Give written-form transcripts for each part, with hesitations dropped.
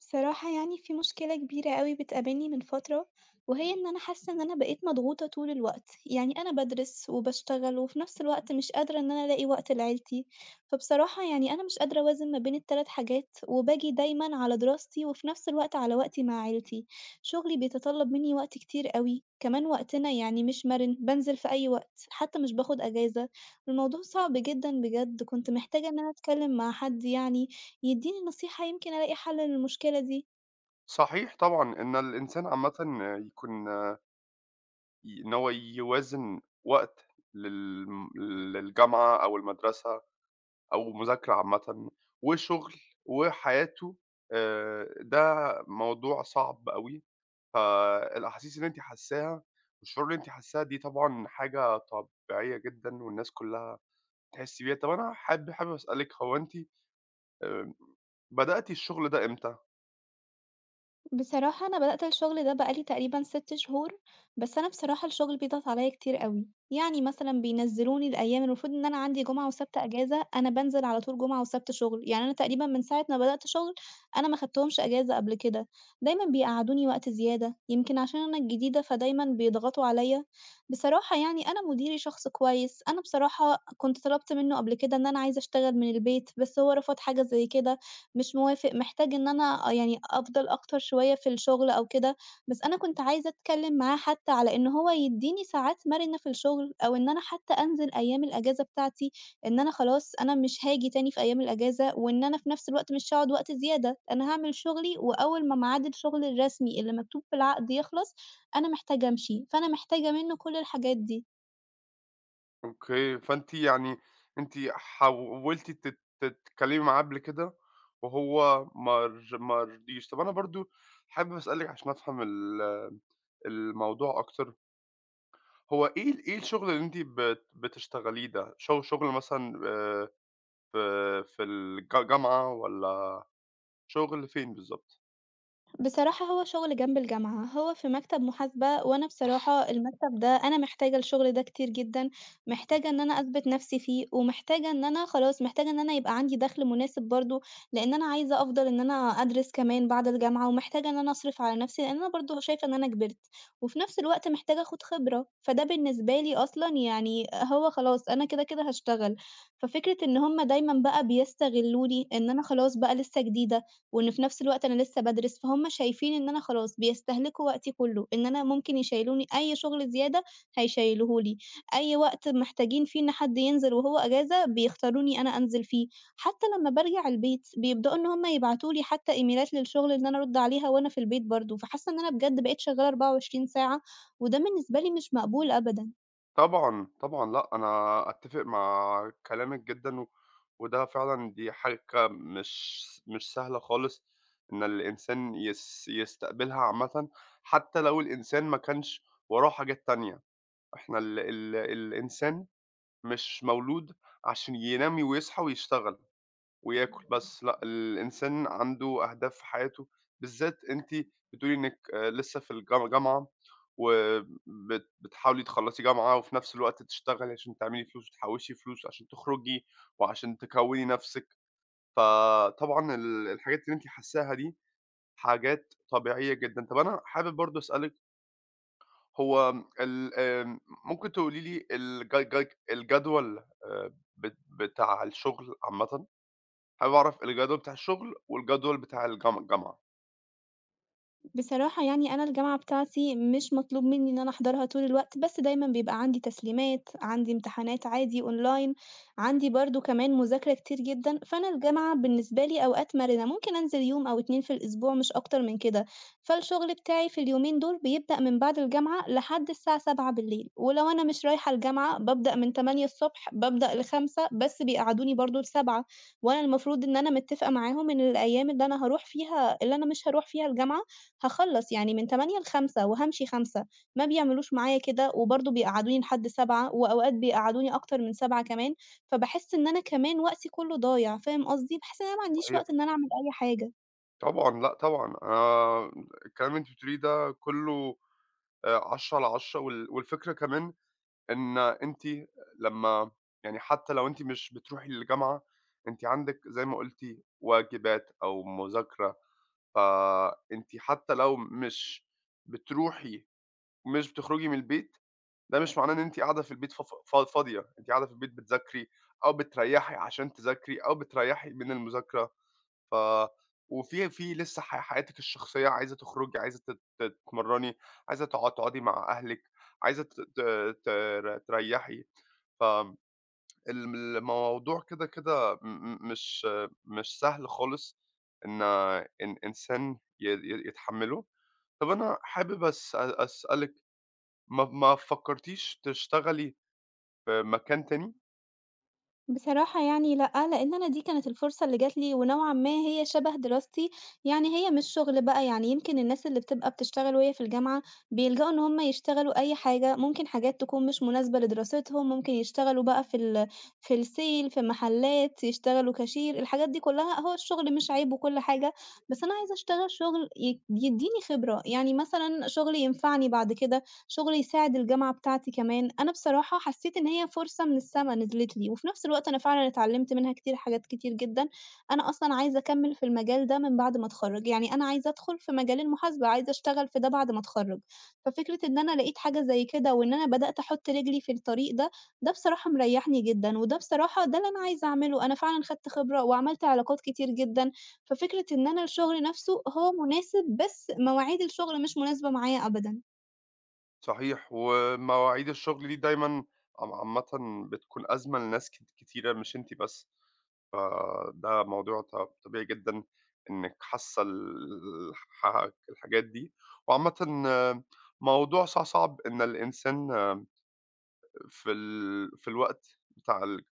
بصراحة يعني في مشكلة كبيرة أوي بتقابلني من فترة، وهي إن أنا حاسة إن أنا بقيت مضغوطة طول الوقت، يعني أنا بادرس وباشتغل وفي نفس الوقت مش قادرة إن أنا ألاقي وقت لعيلتي، فبصراحة يعني أنا مش قادرة أوازن ما بين التلات حاجات، وباجي دايمًا على دراستي وفي نفس الوقت على وقتي مع عيلتي، شغلي بيتطلب مني وقت كتير أوي، كمان وقتنا يعني مش مرن، بانزل في أي وقت، حتى مش باخد أجازة، الموضوع صعب جدًا بجد، كنت محتاجة إن أنا أتكلم مع حد يعني يدّيني نصيحة يمكن ألاقي حل للمشكلة دي. صحيح طبعًا، إن الإنسان عامةً يكون، إن هو يوازن وقت للجامعة أو المدرسة أو مذاكرة عامةً وشغل وحياته. ده موضوع صعب أوي، فالأحاسيس اللي أنتِ حاساها والشعور اللي أنتِ حاساه دي طبعًا حاجة طبيعية جدًا والناس كلّها بتحس بيها. طَب أنا حابب أسألِك، هو أنتِ آآ، بدأتِ الشغل ده إمتى؟ بصراحة أنا بدأت الشغل ده بقى لي تقريبًا 6 شهور، بس أنا بصراحة الشغل بيضغط عليّا كتير أوي. يعني مثلًا بينزّلوني الأيام المفروض إن أنا عندي جمعة وسبت إجازة، أنا بانزل على طول جمعة وسبت شغل. يعني أنا تقريبًا من ساعة ما بدأت شغل، أنا ما خدتهمش إجازة قبل كده. دايمًا بيقعّدوني وقت زيادة، يمكن عشان أنا الجديدة فدايمًا بيضغطوا عليّا. بصراحة يعني أنا مديري شخص كويس، أنا بصراحة كنت طلبت منّه قبل كده إن أنا عايزة أشتغل من البيت، بس هو رفض حاجة زي كده. مش موافق، محتاج إن أنا يعني أفضل أكتر شوية في الشغل أو كده، بس أنا كنت عايزة أتكلّم معاه حتى على إن هو يدّيني ساعات مرنة في الشغل أو إن أنا حتى أنزل أيام الأجازة بتاعتي، إن أنا خلاص أنا مش هاجي تاني في أيام الأجازة وإن أنا في نفس الوقت مش هاقعد وقت زيادة، أنا هاعمل شغلي وأول ما ميعاد الشغل الرسمي اللي مكتوب في العقد يخلص، أنا محتاجة أمشي، فأنا محتاجة منّه كل الحاجات دي. أوكي، فأنتِ يعني أنتِ حاولتِ تتكلمي معاه قبل كده وهو ما رضيش. طب أنا برضه حابب أسألِك عشان أفهم الموضوع أكتر، هو إيه ال إيه الشغل اللي أنتِ بتشتغليه ده؟ شغل مثلًا، في الج جامعة والّا شغل فين بالضبط؟ بصراحة هو شغل جنب الجامعة، هو في مكتب محاسبة، وأنا بصراحة المكتب ده أنا محتاجة الشغل ده كتير جدًا، محتاجة إن أنا أثبت نفسي فيه، ومحتاجة إن أنا خلاص محتاجة إن أنا يبقى عندي دخل مناسب برضه، لإن أنا عايزة أفضل إن أنا أدرس كمان بعد الجامعة، ومحتاجة إن أنا أصرف على نفسي، لإن أنا برضه شايفة إن أنا كبرت، وفي نفس الوقت محتاجة آخد خبرة، فده بالنسبة لي أصلًا يعني هو خلاص أنا كده هاشتغل، ففكرة إن هُم دايمًا بقى بيستغلوني، إن أنا خلاص بقى لسه جديدة. وإن في نفس الوقت أنا لسه بادرس، فهُم شايفين إن أنا خلاص بيستهلكوا وقتي كُلّه، إن أنا ممكن يشيّلوني أي شغل زيادة هيشيّلوه لي، أي وقت محتاجين فيه إن حد ينزل وهو أجازة بيختاروني أنا أنزل فيه، حتى لمّا بارجع البيت بيبدؤوا إن هُم يبعتوا لي حتى إيميلات للشغل إن أنا أرُد عليها وأنا في البيت برضه، فحاسة إن أنا بجد بقيت شغّالة 24 ساعة، وده بالنسبة لي مش مقبول أبدًا. طبعًا، طبعًا، لأ، أنا أتّفق مع كلامِك جدًا، وده فعلًا دي حركة مش سهلة خالص إن الإنسان يستقبلها عامةً، حتى لو الإنسان ما كانش وراه حاجات تانية. إحنا ال ال الإنسان مش مولود عشان ينام ويصحى ويشتغل وياكل بس، لأ الإنسان عنده أهداف في حياته، بالذات أنتِ بتقولي إنِّك لسه في الجا جامعة، وبت بتحاولي تخلّصي جامعة وفي نفس الوقت تشتغلي عشان تعملي فلوس وتحوّشي فلوس عشان تخرجي وعشان تكوّني نفسِك، فطبعًا الحاجات اللي أنتِ حاساها دي حاجات طبيعية جدًا. طَب أنا حابب برضه أسألِك، هو ال آمم ممكن تقولي لي الجدول، بت بتاع الشغل عامةً؟ حابب أعرف الجدول بتاع الشغل والجدول بتاع الجامعة، بصراحة يعني أنا الجامعة بتاعتي مش مطلوب مني إن أنا أحضرها طول الوقت، بس دايمًا بيبقى عندي تسليمات، عندي امتحانات عادي أونلاين، عندي برضه كمان مذاكرة كتير جدًا، فأنا الجامعة بالنسبة لي أوقات مرنة، ممكن أنزل يوم أو 2 في الأسبوع مش أكتر من كده، فالشغل بتاعي في اليومين دول بيبدأ من بعد الجامعة لحد الساعة 19:00 ولو أنا مش رايحة الجامعة بابدأ من 8:00 بابدأ ل17:00 بس بيقعدوني برضه ل19:00 وأنا المفروض إن أنا متفقة معاهم إن الأيام اللي أنا هاروح فيها اللي أنا مش هاروح فيها الجامعة هاخلّص يعني من 08:00 ل17:00 وهامشي 17:00. ما بيعملوش معايا كده، وبرضه بيقعّدوني لحد 19:00 وأوقات بيقعّدوني أكتر من 19:00 كمان، فباحس إن أنا كمان وقتي كُلّه ضايع، فاهم قصدي؟ باحس إن أنا ما عنديش وقت صحيح. إن أنا أعمل أي حاجة. طبعًا، لأ طبعًا، أنا الكلام اللي أنتِ بتقوليه ده كُلّه 10 على 10، والفكرة كمان إن أنتِ لمّا، يعني حتى لو أنتِ مش بتروحي للجامعة، أنتِ عندِك زي ما قُلتِ واجبات أو مذاكرة، فأنتِ حتى لو مش بتروحي ومش بتخرجي من البيت ده مش معناه إن أنتِ قاعدة في البيت ف ف ف فاضية، أنتِ قاعدة في البيت بتذاكري أو بتريّحي عشان تذاكري أو بتريّحي من المذاكرة، ف وفي لسه حياتِك الشخصية، عايزة تخرجي، عايزة تتمرّني، عايزة تقعدي مع أهلِك، عايزة ت ت تر تريّحي، فم الم الموضوع كده، كده م م مش مش سهل خالص إن إنسان ي ي يتحمّله. طَب أنا حابب أسألِك، ما فكّرتيش تشتغلي في مكان تاني؟ بصراحة يعني لأ، لإن أنا دي كانت الفرصة اللي جات لي، ونوعًا ما هي شبه دراستي، يعني هي مش شغل بقى، يعني يمكن الناس اللي بتبقى بتشتغل وهي في الجامعة بيلجأوا إن هم يشتغلوا أي حاجة، ممكن حاجات تكون مش مناسبة لدراستهم، ممكن يشتغلوا بقى في الsale في محلات، يشتغلوا كاشير، الحاجات دي كلها هو الشغل مش عيب وكل حاجة، بس أنا عايزة أشتغل شغل يدّيني خبرة، يعني مثلًا شغل ينفعني بعد كده. شغل يساعد الجامعة بتاعتي كمان، أنا بصراحة حسّيت إن هي فرصة من السما نزلت لي، وفي نفس الوقت أنا فعلًا اتعلّمت منها كتير حاجات كتير جدًا، أنا أصلًا عايزة أكمّل في المجال ده من بعد ما أتخرّج، يعني أنا عايزة أدخل في مجال المحاسبة، عايزة أشتغل في ده بعد ما أتخرّج، ففكرة إن أنا لقيت حاجة زي كده وإن أنا بدأت أحُط رجلي في الطريق ده، ده بصراحة مريّحني جدًا، وده بصراحة ده اللي أنا عايزة أعمله، أنا فعلًا خدت خبرة وعملت علاقات كتير جدًا، ففكرة إن أنا الشغل نفسه هو مناسب بس مواعيد الشغل مش مناسبة معايا أبدًا. صحيح، ومواعيد الشغل دي دايمًا عامةً بتكون أزمة لناس كتيرة مش أنتِ بس، فده موضوع طبيعي جدًا إنِّك حاسة ال ح الحاجات دي، وعامةً موضوع صعب إن الإنسان في ال في الوقت بتاع ال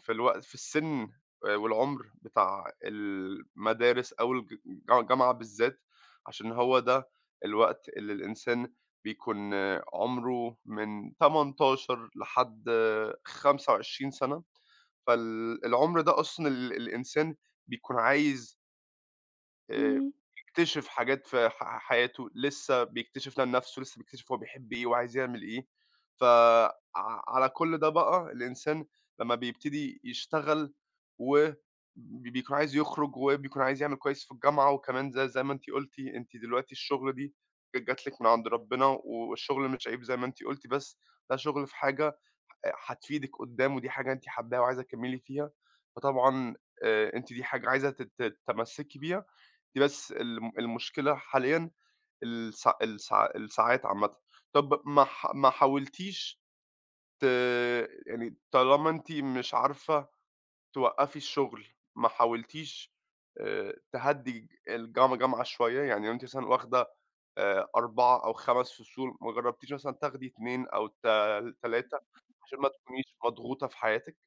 في الوقت في السن، والعُمر بتاع المدارس أو الج ج جامعة بالذات، عشان هو ده الوقت اللي الإنسان بيكون عُمره من 18 لحد 25 سَنة، فال العُمر ده أصلًا الإنسان بيكون عايز آآ إمم. يكتشف حاجات في حياته، لسه بيكتشف لها لنفسه، لسه بيكتشف هو بيحب إيه وعايز يعمل إيه، فع على كل ده بقى الإنسان لمّا بيبتدي يشتغل و ب بيكون عايز يخرج وبيكون عايز يعمل كويس في الجامعة، وكمان زي ما أنتِ قُلتِ، أنتِ دلوقتي الشغلة دي جات لِك من عند ربنا والشغل مش عيب زي ما أنتِ قُلتِ، بس ده شغل في حاجة هتفيدِك قدّام ودي حاجة أنتِ حاباها وعايزة تكمّلي فيها، فطبعًا أنتِ دي حاجة عايزة تتمسّكي بيها، دي بس المشكلة حاليًا الساعات عامةً. طب ما حاولتيش ت يعني طالما أنتِ مش عارفة توقّفي الشغل، ما حاولتيش تهدّي الج الجم جمعة شوية؟ يعني لو أنتِ مثلًا واخدة 4 أو 5 فصول، ما جرّبتيش مثلًا تاخدي 2 أو 3 عشان ما تكونيش مضغوطة في حياتِك؟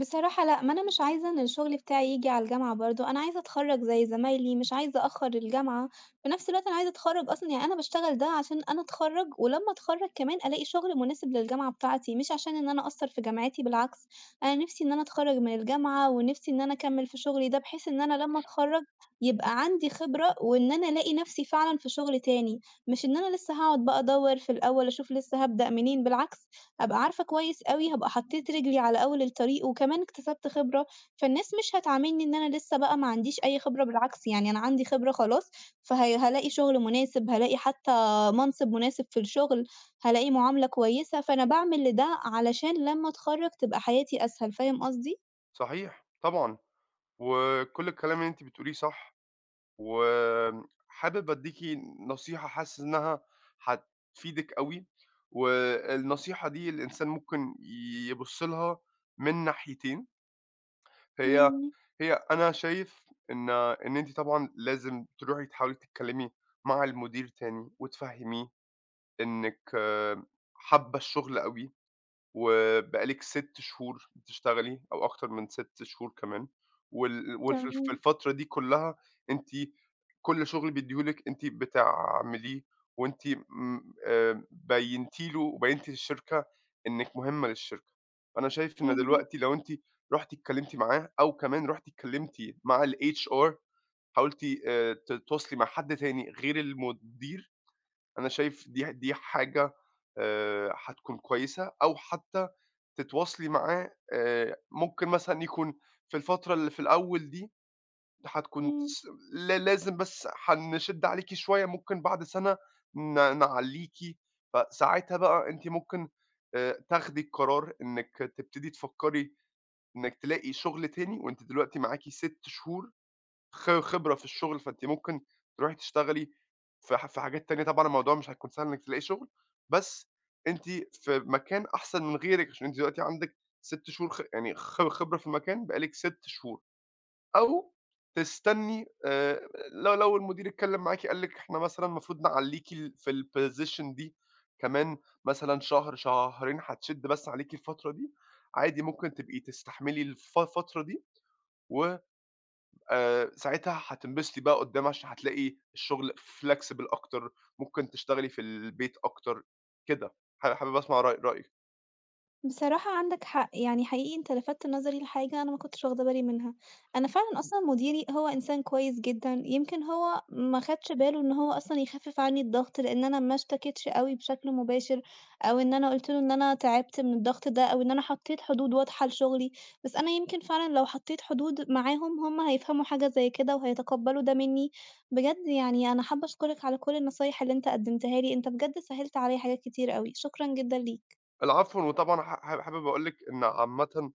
بصراحة لأ، ما أنا مش عايزة إن الشغل بتاعي ييجي على الجامعة برضه، أنا عايزة أتخرّج زي زمايلي، مش عايزة أأخّر الجامعة، في نفس الوقت أنا عايزة أتخرّج أصلًا، يعني أنا باشتغل ده عشان أنا أتخرّج، ولمّا أتخرّج كمان ألاقي شغل مناسب للجامعة بتاعتي، مش عشان إن أنا أقصّر في جامعتي بالعكس، أنا نِفْسي إن أنا أتخرّج من الجامعة، ونِفْسي إن أنا أكمّل في شغلي ده، بحيث إن أنا لمّا أتخرّج يبقى عندي خبرة، وإن أنا ألاقي نفْسي فعلًا في شغل تاني، مش إن أنا لسه هاقعد بقى أدوّر في الأول أشوف لسه هابدأ منين، بالعكس أبقى عارفة كويس أوي هابقى حطيت رجلي على أول الطريق، وكمان اكتسبت خبرة، فالناس مش هتعاملني إن أنا لسه بقى ما عنديش أي خبرة، بالعكس يعني أنا عندي خبرة خلاص، فهي هالاقي شغل مناسب، هالاقي حتى منصب مناسب في الشغل، هالاقي معاملة كويسة، فأنا باعمل لده علشان لمّا أتخرّج تبقى حياتي أسهل، فاهم قصدي؟ صحيح، طبعًا. وكل الكلام اللي أنتِ بتقوليه صح. وحابب أدّيكِ نصيحة حاسس إنها هتفيدِك أوي، والنصيحة دي الإنسان ممكن يبُص لها من ناحيتين. هي إمم، هي أنا شايف إن أنتِ طبعًا لازم تروحي تحاولي تتكلّمي مع المدير تاني وتفهّميه إنِّك حابة الشغل أوي، وبقالِك 6 شهور بتشتغلي أو أكتر من 6 شهور كمان، وال وفي الف في تمام، الفترة دي كلّها أنتِ كل شغل بيدّيه لِك أنتِ بتعمليه، وأنتِ م بيّنتِ له وبيّنتِ للشركة إنِّك مهمة للشركة. فأنا شايف إن إمم، دلوقتي لو أنتِ رُحتِ اتكلّمتِ معاه أو كمان رُحتِ اتكلّمتِ مع الHR، حاولتِ تتواصلي مع حد تاني غير المدير، أنا شايف دي حاجة هتكون كويسة، أو حتى تتواصلي معاه، ممكن مثلًا يكون في الفترة اللي في الأول دي هتكون، إمم. لا لازم بس هنشِد عليكِ شوية، ممكن بعد سَنة نعلّيكِ، فساعتها بقى أنتِ ممكن تاخدي القرار إنِّك تبتدي تفكّري إنِّك تلاقي شغل تاني وأنتِ دلوقتي معاكِ 6 شهور خبرة في الشغل، فأنتِ ممكن تروحي تشتغلي في حاجات تانية، طبعًا الموضوع مش هيكون سهل إنِّك تلاقي شغل، بس أنتِ في مكان أحسن من غيرِك، عشان أنتِ دلوقتي عندِك 6 شهور خ يعني خ خبرة في المكان بقى لِك 6 شهور، أو تستني، لو المدير اتكلم معاكِ قال لِك إحنا مثلًا المفروض نعلّيكِ في الposition دي كمان مثلًا شهر، شهرين هتشِد بس عليكِ الفترة دي، عادي ممكن تبقي تستحملي الفترة دي، و ساعتها هتنبسطي بقى قدّام عشان هتلاقي الشغل flexible أكتر، ممكن تشتغلي في البيت أكتر، كده. حابب أسمع رأيِك. بصراحة عندك حق، يعني حقيقي أنت لفتت نظري لحاجة أنا ما كنتش واخدة بالي منها، أنا فعلًا أصلًا مديري هو إنسان كويس جدًا، يمكن هو ما خدش باله إن هو أصلًا يخفف عني الضغط، لإن أنا ما اشتكيتش أوي بشكل مباشر، أو إن أنا قُلت له إن أنا تعبت من الضغط ده، أو إن أنا حطيت حدود واضحة لشغلي، بس أنا يمكن فعلًا لو حطيت حدود معاهم هم هيفهموا حاجة زي كده وهيتقبلوا ده مني، بجد يعني أنا حابة أشكرك على كل النصايح اللي أنت قدمتها لي، أنت بجد سهّلت عليَّ حاجات كتير أوي، شكرًا جدًا ليك. العفو، وطبعًا ح ح حابب أقول لِك إن عامةً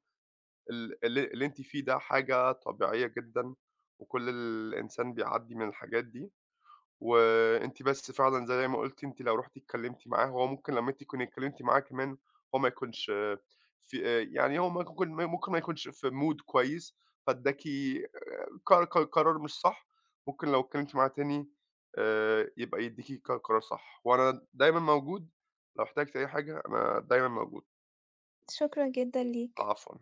ال اللي اللي أنتِ فيه ده حاجة طبيعية جدًا، وكل الإنسان بيعدّي من الحاجات دي. وأنتِ بس فعلًا زي ما قُلتِ، أنتِ لو رُحتِ اتكلمتِ معاه هو ممكن لمّا أنتِ تكوني اتكلمتِ معاه كمان هو ما يكونش آه، في يعني هو ممكن ما يكونش في mood كويس، فادّاكِ قر ق قرار مش صح، ممكن لو اتكلمتِ معاه تاني يبقى يدّيكِ قرار صح، وأنا دايمًا موجود لو احتجتِ أي حاجة أنا دايمًا موجود. شكرًا جدًا ليك. العفو.